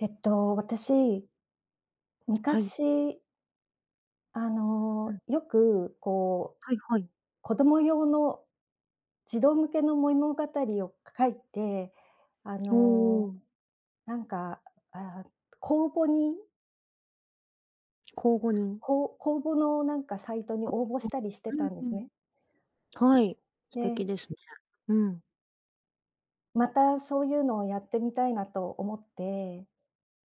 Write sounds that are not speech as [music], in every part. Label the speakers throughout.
Speaker 1: 私、
Speaker 2: はい。
Speaker 1: 昔、
Speaker 2: うん。
Speaker 1: よく、こう、
Speaker 2: はいはい。
Speaker 1: 子供用の児童向けの物語を書いて、あ
Speaker 2: お
Speaker 1: の、
Speaker 2: お、
Speaker 1: なんか、あ公募に
Speaker 2: 交互に。
Speaker 1: こう公募のなんかサイトに応募し
Speaker 2: お、
Speaker 1: たりして
Speaker 2: うん
Speaker 1: たんで
Speaker 2: う
Speaker 1: す
Speaker 2: ん。
Speaker 1: ね。
Speaker 2: はい。素敵
Speaker 1: で、
Speaker 2: ですね。うん。
Speaker 1: またそういうのをやってみたいなと思って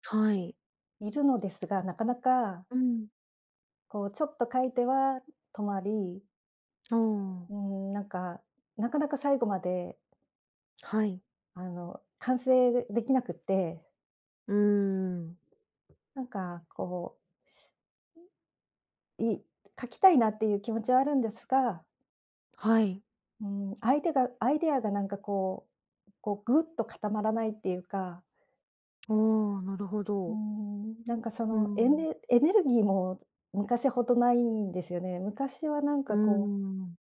Speaker 2: はい。
Speaker 1: いるのですが、なかなか、
Speaker 2: うん。
Speaker 1: こう、ちょっと書いては止まり、
Speaker 2: ああ、
Speaker 1: うん、なんか、なかなか最後まで
Speaker 2: はい。
Speaker 1: 完成できなくって、
Speaker 2: うーん。
Speaker 1: なんかこう、書きたいなっていう気持ちはあるんですが、
Speaker 2: はい。
Speaker 1: うー相手がアイデアがなんかこう、こうぐっと固まらないっていうか、
Speaker 2: ああ、なるほど。
Speaker 1: なんかそ
Speaker 2: う
Speaker 1: のエ
Speaker 2: ん。
Speaker 1: ネエネルギーも昔ほどないんですよね。昔はなん
Speaker 2: うー
Speaker 1: かこう、
Speaker 2: ん。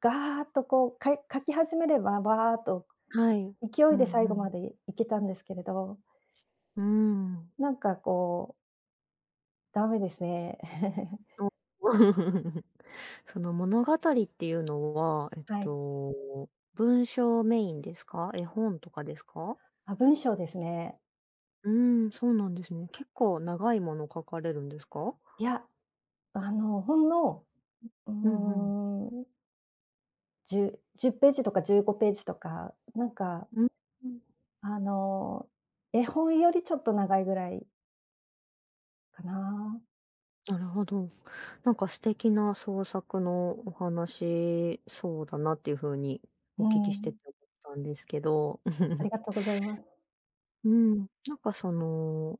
Speaker 1: ガーッとこう、書き始めればバーッと
Speaker 2: はい。うん
Speaker 1: 勢
Speaker 2: う
Speaker 1: いで最後
Speaker 2: ん。
Speaker 1: までいけたんですけれど、
Speaker 2: うーん。
Speaker 1: なんかこう、ダメですね。[laughs]
Speaker 2: お [laughs] その物語っていうのは、
Speaker 1: はい。
Speaker 2: 文章メインですか？絵本とかですか？
Speaker 1: あ、文章ですね。
Speaker 2: うーん、そうなんですね。結構長いもの書かれるんですか？
Speaker 1: いやほんの、
Speaker 2: うんうん。
Speaker 1: 10、じゅっページとか15ページとか、なんか、
Speaker 2: うんうん、
Speaker 1: あの、絵本よりちょっと長いぐらいかな。
Speaker 2: なるほど。なんか素敵な創作のお話そうだなっていう風にお
Speaker 1: う
Speaker 2: 聞きして
Speaker 1: ん。
Speaker 2: て思ったんですけど。
Speaker 1: あり
Speaker 2: [laughs]
Speaker 1: がとうございます。
Speaker 2: うん、なんかその、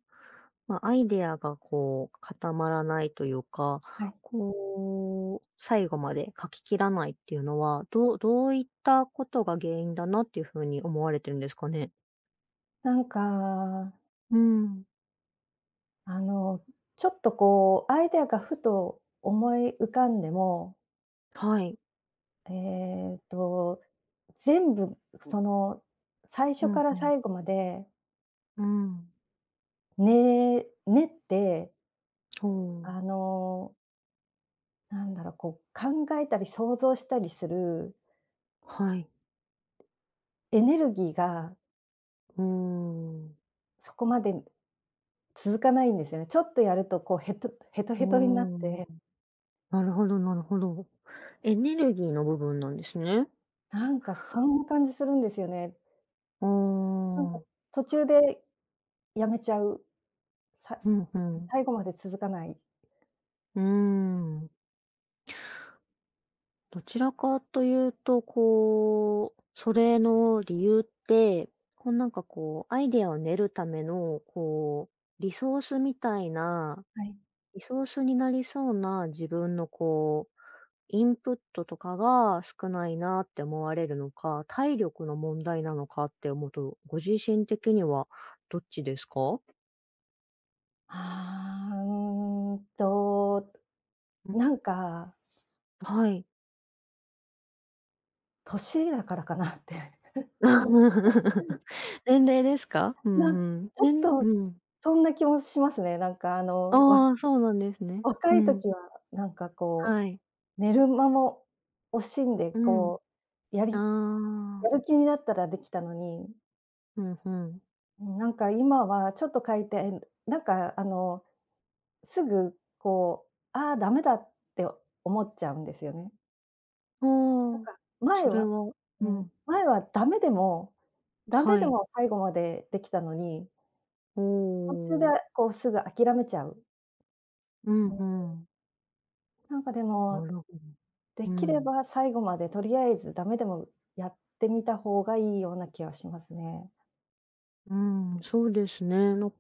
Speaker 2: ま、アイデアがこう固まらないというか、
Speaker 1: はい。
Speaker 2: こう、最後まで書き切らないっていうのは、どういったことが原因だなっていう風に思われてるんですかね？
Speaker 1: なんか、
Speaker 2: うん、
Speaker 1: あの、ちょっとこう、アイデアがふと思い浮かんでも、
Speaker 2: はい。
Speaker 1: ええと、全部その、最
Speaker 2: う
Speaker 1: 初か
Speaker 2: ん
Speaker 1: ら
Speaker 2: うん。
Speaker 1: 最後まで、
Speaker 2: うん。
Speaker 1: ね練って、
Speaker 2: ほ
Speaker 1: あ
Speaker 2: う、
Speaker 1: のなんだろう、こう、考えたり想像したりする
Speaker 2: はい。
Speaker 1: エネルギーが
Speaker 2: うーん。
Speaker 1: そこまで続かないんですよね。ちょっとやるとこうヘトヘト
Speaker 2: うー
Speaker 1: ヘトになっ
Speaker 2: ん。
Speaker 1: て、
Speaker 2: なるほどなるほど。エネルギーの部分なんですね。
Speaker 1: なんかそんな感じするんですよね。
Speaker 2: ああ、
Speaker 1: なんか途中でやめちゃう、さ
Speaker 2: うんうん。
Speaker 1: 最後まで続かない。
Speaker 2: うーん。どちらかというと、こう、それの理由って、こうなんかこう、アイデアを練るための、こう、リソースみたいな、
Speaker 1: はい。
Speaker 2: リソースになりそうな自分のこうインプットとかが少ないなって思われるのか、体力の問題なのかって思うと、ご自身的にはどっちですか？
Speaker 1: ああ、
Speaker 2: うん、
Speaker 1: なんか、
Speaker 2: はい。
Speaker 1: 年だからかなって。
Speaker 2: [laughs] 年齢ですか？
Speaker 1: [laughs]
Speaker 2: う
Speaker 1: ち
Speaker 2: んうん。
Speaker 1: ょっとそんな気もしますね。なんかあの、
Speaker 2: ああ、そうなんですね。
Speaker 1: 若
Speaker 2: う
Speaker 1: い
Speaker 2: ん。
Speaker 1: 時はなんかこ
Speaker 2: はい。
Speaker 1: う寝る間も惜しんで、
Speaker 2: う
Speaker 1: こう、
Speaker 2: ん。あ
Speaker 1: や
Speaker 2: あ。
Speaker 1: る気になったらできたのに、
Speaker 2: うん、うん。
Speaker 1: なんか今はちょっと書いて、なんかすぐこう、ああ、ダメだって思っちゃうんですよね。なん
Speaker 2: おあ。
Speaker 1: か
Speaker 2: そ
Speaker 1: 前
Speaker 2: れ
Speaker 1: は
Speaker 2: はう
Speaker 1: うん、
Speaker 2: ん。
Speaker 1: 前はダメでもダメで
Speaker 2: はい。
Speaker 1: も最後までできたのに、
Speaker 2: お
Speaker 1: 途中で
Speaker 2: お。
Speaker 1: こうすぐ諦めちゃう。
Speaker 2: う
Speaker 1: う
Speaker 2: ん、
Speaker 1: ん、
Speaker 2: うん。
Speaker 1: なんかで
Speaker 2: な
Speaker 1: も、
Speaker 2: るほど。
Speaker 1: で
Speaker 2: う
Speaker 1: きれ
Speaker 2: ん。
Speaker 1: ば最後までとりあえずダメでもやってみた方がいいような気はしますね。
Speaker 2: うん、そうですね。なんか、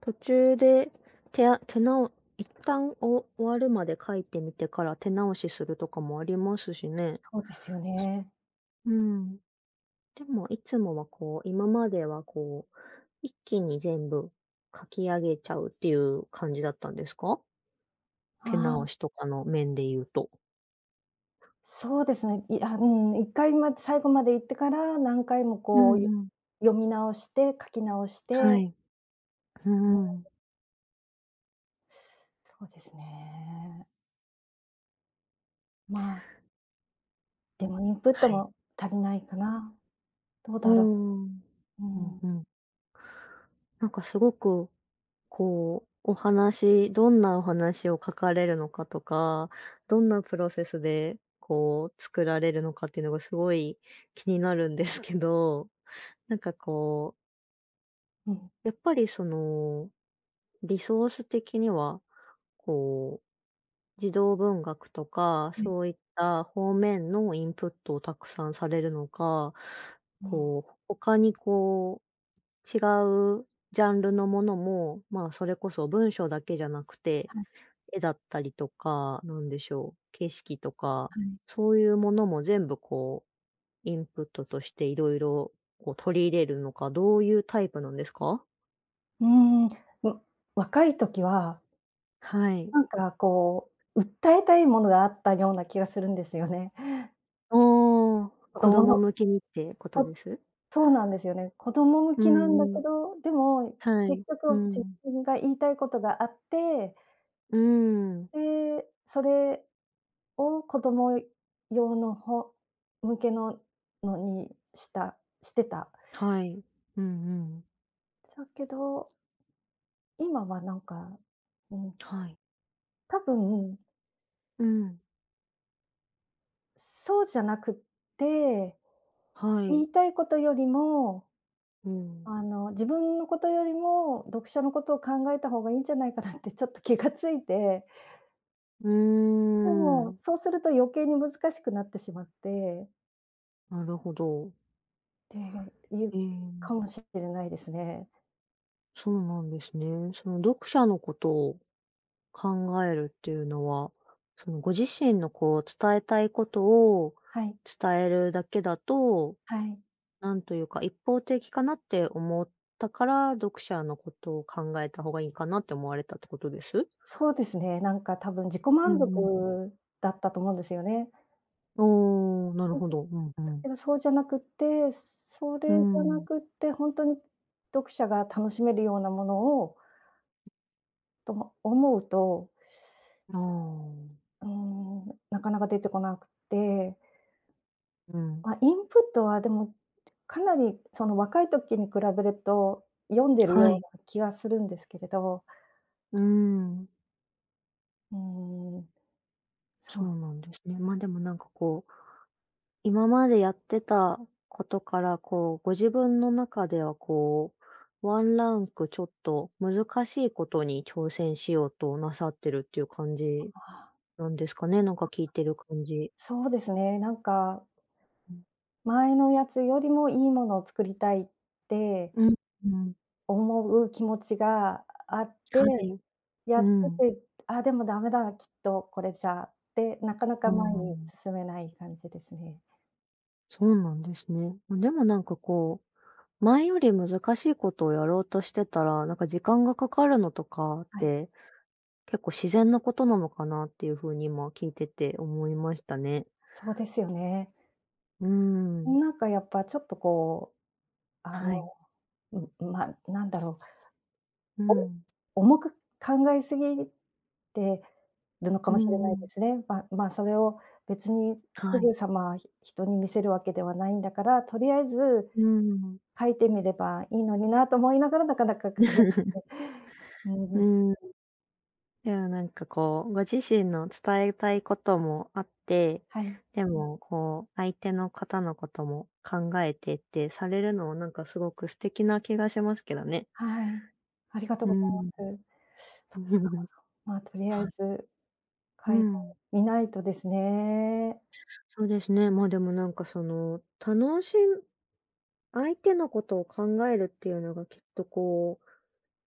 Speaker 2: 途中で、手あ手直一旦終わるまで書いてみてから手直しするとかもありますしね。
Speaker 1: そうですよね。
Speaker 2: うん。でも、いつもはこう、今まではこう、一気に全部書き上げちゃうっていう感じだったんですか？手
Speaker 1: ああ、
Speaker 2: 直しとかの面で言うと。
Speaker 1: そうですね。いや、うん、1回最後まで行ってから、何回も
Speaker 2: うん
Speaker 1: こう、
Speaker 2: うん。
Speaker 1: 読み直して、書き直し
Speaker 2: は
Speaker 1: て、
Speaker 2: い。う
Speaker 1: うん、
Speaker 2: ん
Speaker 1: そうですね。まあ、でもインプット
Speaker 2: はい。
Speaker 1: も足りないかな。どう
Speaker 2: う
Speaker 1: だろ
Speaker 2: ん。
Speaker 1: う。う
Speaker 2: うん
Speaker 1: ん、
Speaker 2: うん。なんかすごくこう、お話どんなお話を書かれるのかとか、どんなプロセスで、こう、作られるのかっていうのがすごい気になるんですけど、[laughs] なんかこう、
Speaker 1: うん、
Speaker 2: やっぱりその、リソース的には、こう、児童文学とか、
Speaker 1: はい、
Speaker 2: そういった方面のインプットをたくさんされるのか、
Speaker 1: うん、は
Speaker 2: こう、他にこう、違うジャンルのものも、まあ、それこそ文章だけじゃなくて、絵だったりとか、なんでしょう、景色とか、
Speaker 1: い。
Speaker 2: そういうものも全部こう、インプットとしていろいろこう取り入れるのか、どういうタイプなんですか？
Speaker 1: うーん、む若い時は、
Speaker 2: はい。
Speaker 1: なんかこう、訴えたいものがあったような気がするんですよね。
Speaker 2: おあ、
Speaker 1: 子
Speaker 2: 子
Speaker 1: 供
Speaker 2: 供
Speaker 1: の
Speaker 2: 向けにってこと
Speaker 1: こ
Speaker 2: です？
Speaker 1: そうなんですよね。子供向
Speaker 2: う
Speaker 1: きなんだ
Speaker 2: んう
Speaker 1: け
Speaker 2: ん。
Speaker 1: ど、でも
Speaker 2: は
Speaker 1: 結
Speaker 2: い。う
Speaker 1: 局自
Speaker 2: ん。
Speaker 1: 分が言いたいことがあって、
Speaker 2: うん。
Speaker 1: で、それを子供用のほ向けのにしてた。
Speaker 2: はい。うんうん。
Speaker 1: だけど、今はなんか、うん、
Speaker 2: はい。
Speaker 1: 多分
Speaker 2: うん。
Speaker 1: そうじゃなくって、
Speaker 2: は
Speaker 1: 言
Speaker 2: い。
Speaker 1: いたいことよりも、
Speaker 2: うん。
Speaker 1: 自分のことよりも、読者のことを考えた方がいいんじゃないかなってちょっと気がついて
Speaker 2: うー
Speaker 1: でも、
Speaker 2: ん。
Speaker 1: そうすると余計に難しくなってしまって、
Speaker 2: なるほど。
Speaker 1: ってい
Speaker 2: え
Speaker 1: うか
Speaker 2: え、
Speaker 1: もしれないですね。
Speaker 2: そうなんですね。その読者のことを考えるっていうのは、そのご自身のこう伝えたいことを
Speaker 1: はい、
Speaker 2: 伝えるだけだと、
Speaker 1: はい。
Speaker 2: なんというか一方的かなって思ったから、読者のことを考えた方がいいかなって思われたってことです？
Speaker 1: そうですね、なんか多分自己
Speaker 2: う
Speaker 1: 満
Speaker 2: んうん。
Speaker 1: 足だったと思うんですよね。
Speaker 2: おあ、なる
Speaker 1: えっ
Speaker 2: ほ
Speaker 1: と、
Speaker 2: ど。うんう
Speaker 1: だけ
Speaker 2: ん。
Speaker 1: どそうじゃなくって、そ
Speaker 2: う
Speaker 1: れじゃな
Speaker 2: ん。
Speaker 1: くって、ほんとに読者が楽しめるようなものをと思うと、
Speaker 2: ああ、
Speaker 1: うーん、なかなか出てこなくて
Speaker 2: うん。
Speaker 1: あ、インプットはでも、かなりその若い時に比べると、読んでる
Speaker 2: は
Speaker 1: よ
Speaker 2: い。
Speaker 1: うな気がするんですけれど、
Speaker 2: うん。
Speaker 1: うーん、そ
Speaker 2: そ
Speaker 1: う
Speaker 2: うなんですね。ま、でもなんかこう今までやってたことから、こう、ご自分の中では、こう、ワンランクちょっと難しいことに挑戦しようとなさってるっていう感じ
Speaker 1: か。
Speaker 2: なんですかね？なんか聞いてる感じ。
Speaker 1: そうですね、なんか
Speaker 2: うん。
Speaker 1: 前のやつよりもいいものを作りたいって
Speaker 2: うん、
Speaker 1: 思う気持ちがあって、
Speaker 2: はい。
Speaker 1: や
Speaker 2: う
Speaker 1: っ
Speaker 2: ん。
Speaker 1: てて、あ、でもダメだ、きっとこれじゃって、なかな
Speaker 2: あ
Speaker 1: か前
Speaker 2: あ、
Speaker 1: に進めない感じですね。
Speaker 2: そうなんですね。までもなんかこう、前より難しいことをやろうとしてたら、なんか時間がかかるのとかっ
Speaker 1: はい、
Speaker 2: て、結構自然なことなのかなっていう風に今聞いてて思いましたね。
Speaker 1: そうですよね。
Speaker 2: うーん、
Speaker 1: なんかやっぱちょっとこう、あの、
Speaker 2: はい。
Speaker 1: うん、ま、なんだろう
Speaker 2: う
Speaker 1: お
Speaker 2: ん。
Speaker 1: 重く考えすぎてるのか
Speaker 2: う
Speaker 1: もしれ
Speaker 2: んう
Speaker 1: ないで
Speaker 2: ん。
Speaker 1: すね。あ、それを別にす
Speaker 2: はい。
Speaker 1: ぐさま人に見せるわけではないんだから、とりあえず
Speaker 2: うーん。
Speaker 1: 書いてみればいいのになと思いながら、なかなか書けなくて。
Speaker 2: [laughs]
Speaker 1: う
Speaker 2: う
Speaker 1: ん、
Speaker 2: ーん。でもなんかこう、ご自身の伝えたいこともあって、
Speaker 1: はい。
Speaker 2: でもこう、相手の方のことも考えてってされるのはなんかすごく素敵な気がしますけどね。
Speaker 1: はい。ありがとう
Speaker 2: うー
Speaker 1: ござい
Speaker 2: ん。
Speaker 1: ます。そっか、
Speaker 2: [laughs]
Speaker 1: まあ、とりあえ
Speaker 2: はい。
Speaker 1: ず
Speaker 2: う
Speaker 1: 書いて
Speaker 2: ん。
Speaker 1: みないとですね。
Speaker 2: そうですね。ま、でもなんかその、楽しむ相手のことを考えるっていうのがきっとこう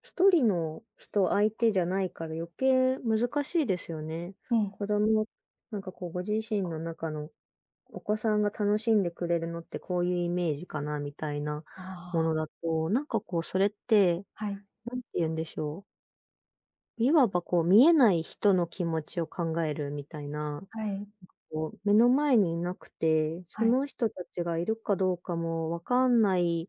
Speaker 2: 一人の人相手じゃないから余計難しいですよね。
Speaker 1: うん。
Speaker 2: 子供なんかこうご自身の中のお子さんが楽しんでくれるのってこういうイメージかなみたいなも
Speaker 1: ああ、
Speaker 2: のだと、なんかこうそれって、
Speaker 1: はい、
Speaker 2: 何て言うんでしょう、いわばこう見えない人の気持ちを考えるみたいな、
Speaker 1: はい、
Speaker 2: こう目の前にいなくて、そ
Speaker 1: はい。
Speaker 2: の人たちがいるかどうかもわかんない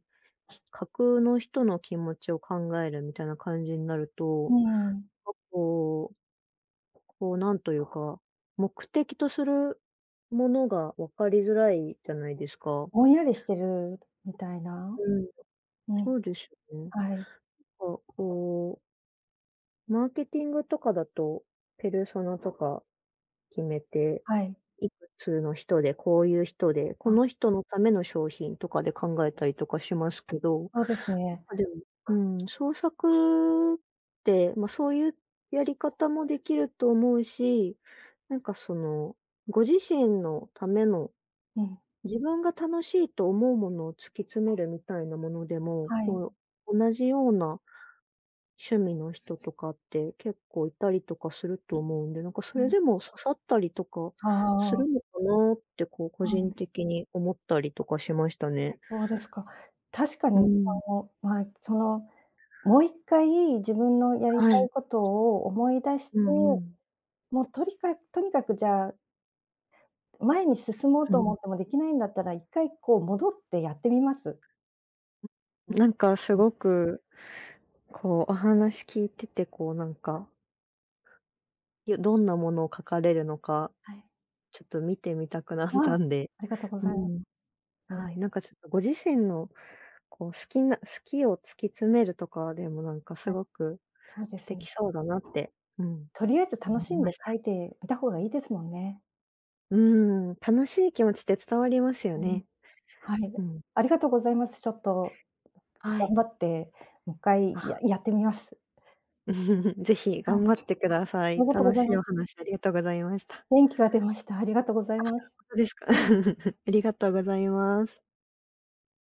Speaker 2: 架空の人の気持ちを考えるみたいな感じになる
Speaker 1: う
Speaker 2: と
Speaker 1: ん。
Speaker 2: かこう、こうなんというか、目的とするものが分かりづらいじゃないですか。
Speaker 1: ぼんやりしてるみたいな。
Speaker 2: うん、
Speaker 1: う
Speaker 2: そ
Speaker 1: ん。
Speaker 2: うですよね。
Speaker 1: はい、
Speaker 2: こう、こうマーケティングとかだと、ペルソナとか決めて、
Speaker 1: はい。
Speaker 2: いくつの人で、こういう人で、こ
Speaker 1: あ、
Speaker 2: の人のための商品とかで考えたりとかしますけど
Speaker 1: そうですね。
Speaker 2: あでも、うん、創作って、まあ、そういうやり方もできると思うし、なんかその、ご自身のための、
Speaker 1: うん、
Speaker 2: 自分が楽しいと思うものを突き詰めるみたいなものでも、
Speaker 1: はい。
Speaker 2: こう、同じような趣味の人とかって結構いたりとかすると思うんで、なんかそ
Speaker 1: う
Speaker 2: れ
Speaker 1: ん、
Speaker 2: でも刺さったりとか
Speaker 1: あ
Speaker 2: す
Speaker 1: あ、
Speaker 2: るのかなって、こう、個
Speaker 1: う
Speaker 2: 人
Speaker 1: ん、
Speaker 2: 的に思ったりとかしましたね。
Speaker 1: そうですか。確か
Speaker 2: う
Speaker 1: に、
Speaker 2: ん、
Speaker 1: まあ、その、もう一回自分のやり
Speaker 2: は
Speaker 1: た
Speaker 2: い。
Speaker 1: いことを思い出して、
Speaker 2: うんうん。
Speaker 1: もうとにかくじゃあ、前に進もうと思ってもできないんだったら、一回こう戻ってやってみます。
Speaker 2: なんか
Speaker 1: う
Speaker 2: す
Speaker 1: ん、
Speaker 2: ごく、こう、お話聞いてて、こう、なんか、どんなものを書かれるのか、
Speaker 1: はい。
Speaker 2: ちょっと見てみたくなっ
Speaker 1: ああ、
Speaker 2: たんで、
Speaker 1: ありがとうご
Speaker 2: う
Speaker 1: ざいます。
Speaker 2: ん。
Speaker 1: うん、
Speaker 2: はい、なんかちょっとご自身の、こう、好きな好きを突き詰めるとかでもなんかす
Speaker 1: はい、
Speaker 2: ごく
Speaker 1: そうで
Speaker 2: 素
Speaker 1: すね。
Speaker 2: 敵そうだなって、うん、
Speaker 1: とりあえず
Speaker 2: 思
Speaker 1: 楽
Speaker 2: い
Speaker 1: しん
Speaker 2: ま
Speaker 1: で
Speaker 2: した。
Speaker 1: 書いてみた方がいいですもんね。
Speaker 2: うん、楽しい気持ちって伝わりますよ
Speaker 1: うん、
Speaker 2: ね。
Speaker 1: はい。
Speaker 2: うん。
Speaker 1: ありがとうございます。ちょっと
Speaker 2: は
Speaker 1: 頑
Speaker 2: い。
Speaker 1: 張って、もっかい
Speaker 2: あ、
Speaker 1: やってみます。
Speaker 2: [laughs] ぜひ
Speaker 1: は
Speaker 2: 頑
Speaker 1: い、
Speaker 2: 張ってくださ
Speaker 1: あ
Speaker 2: い。
Speaker 1: りがとうご
Speaker 2: 楽
Speaker 1: ざい
Speaker 2: しい
Speaker 1: ま
Speaker 2: お
Speaker 1: す。
Speaker 2: 話ありがとうございました。
Speaker 1: 元気が出ました。ありがとうございます。
Speaker 2: ほですか？[laughs] ありがとうございます。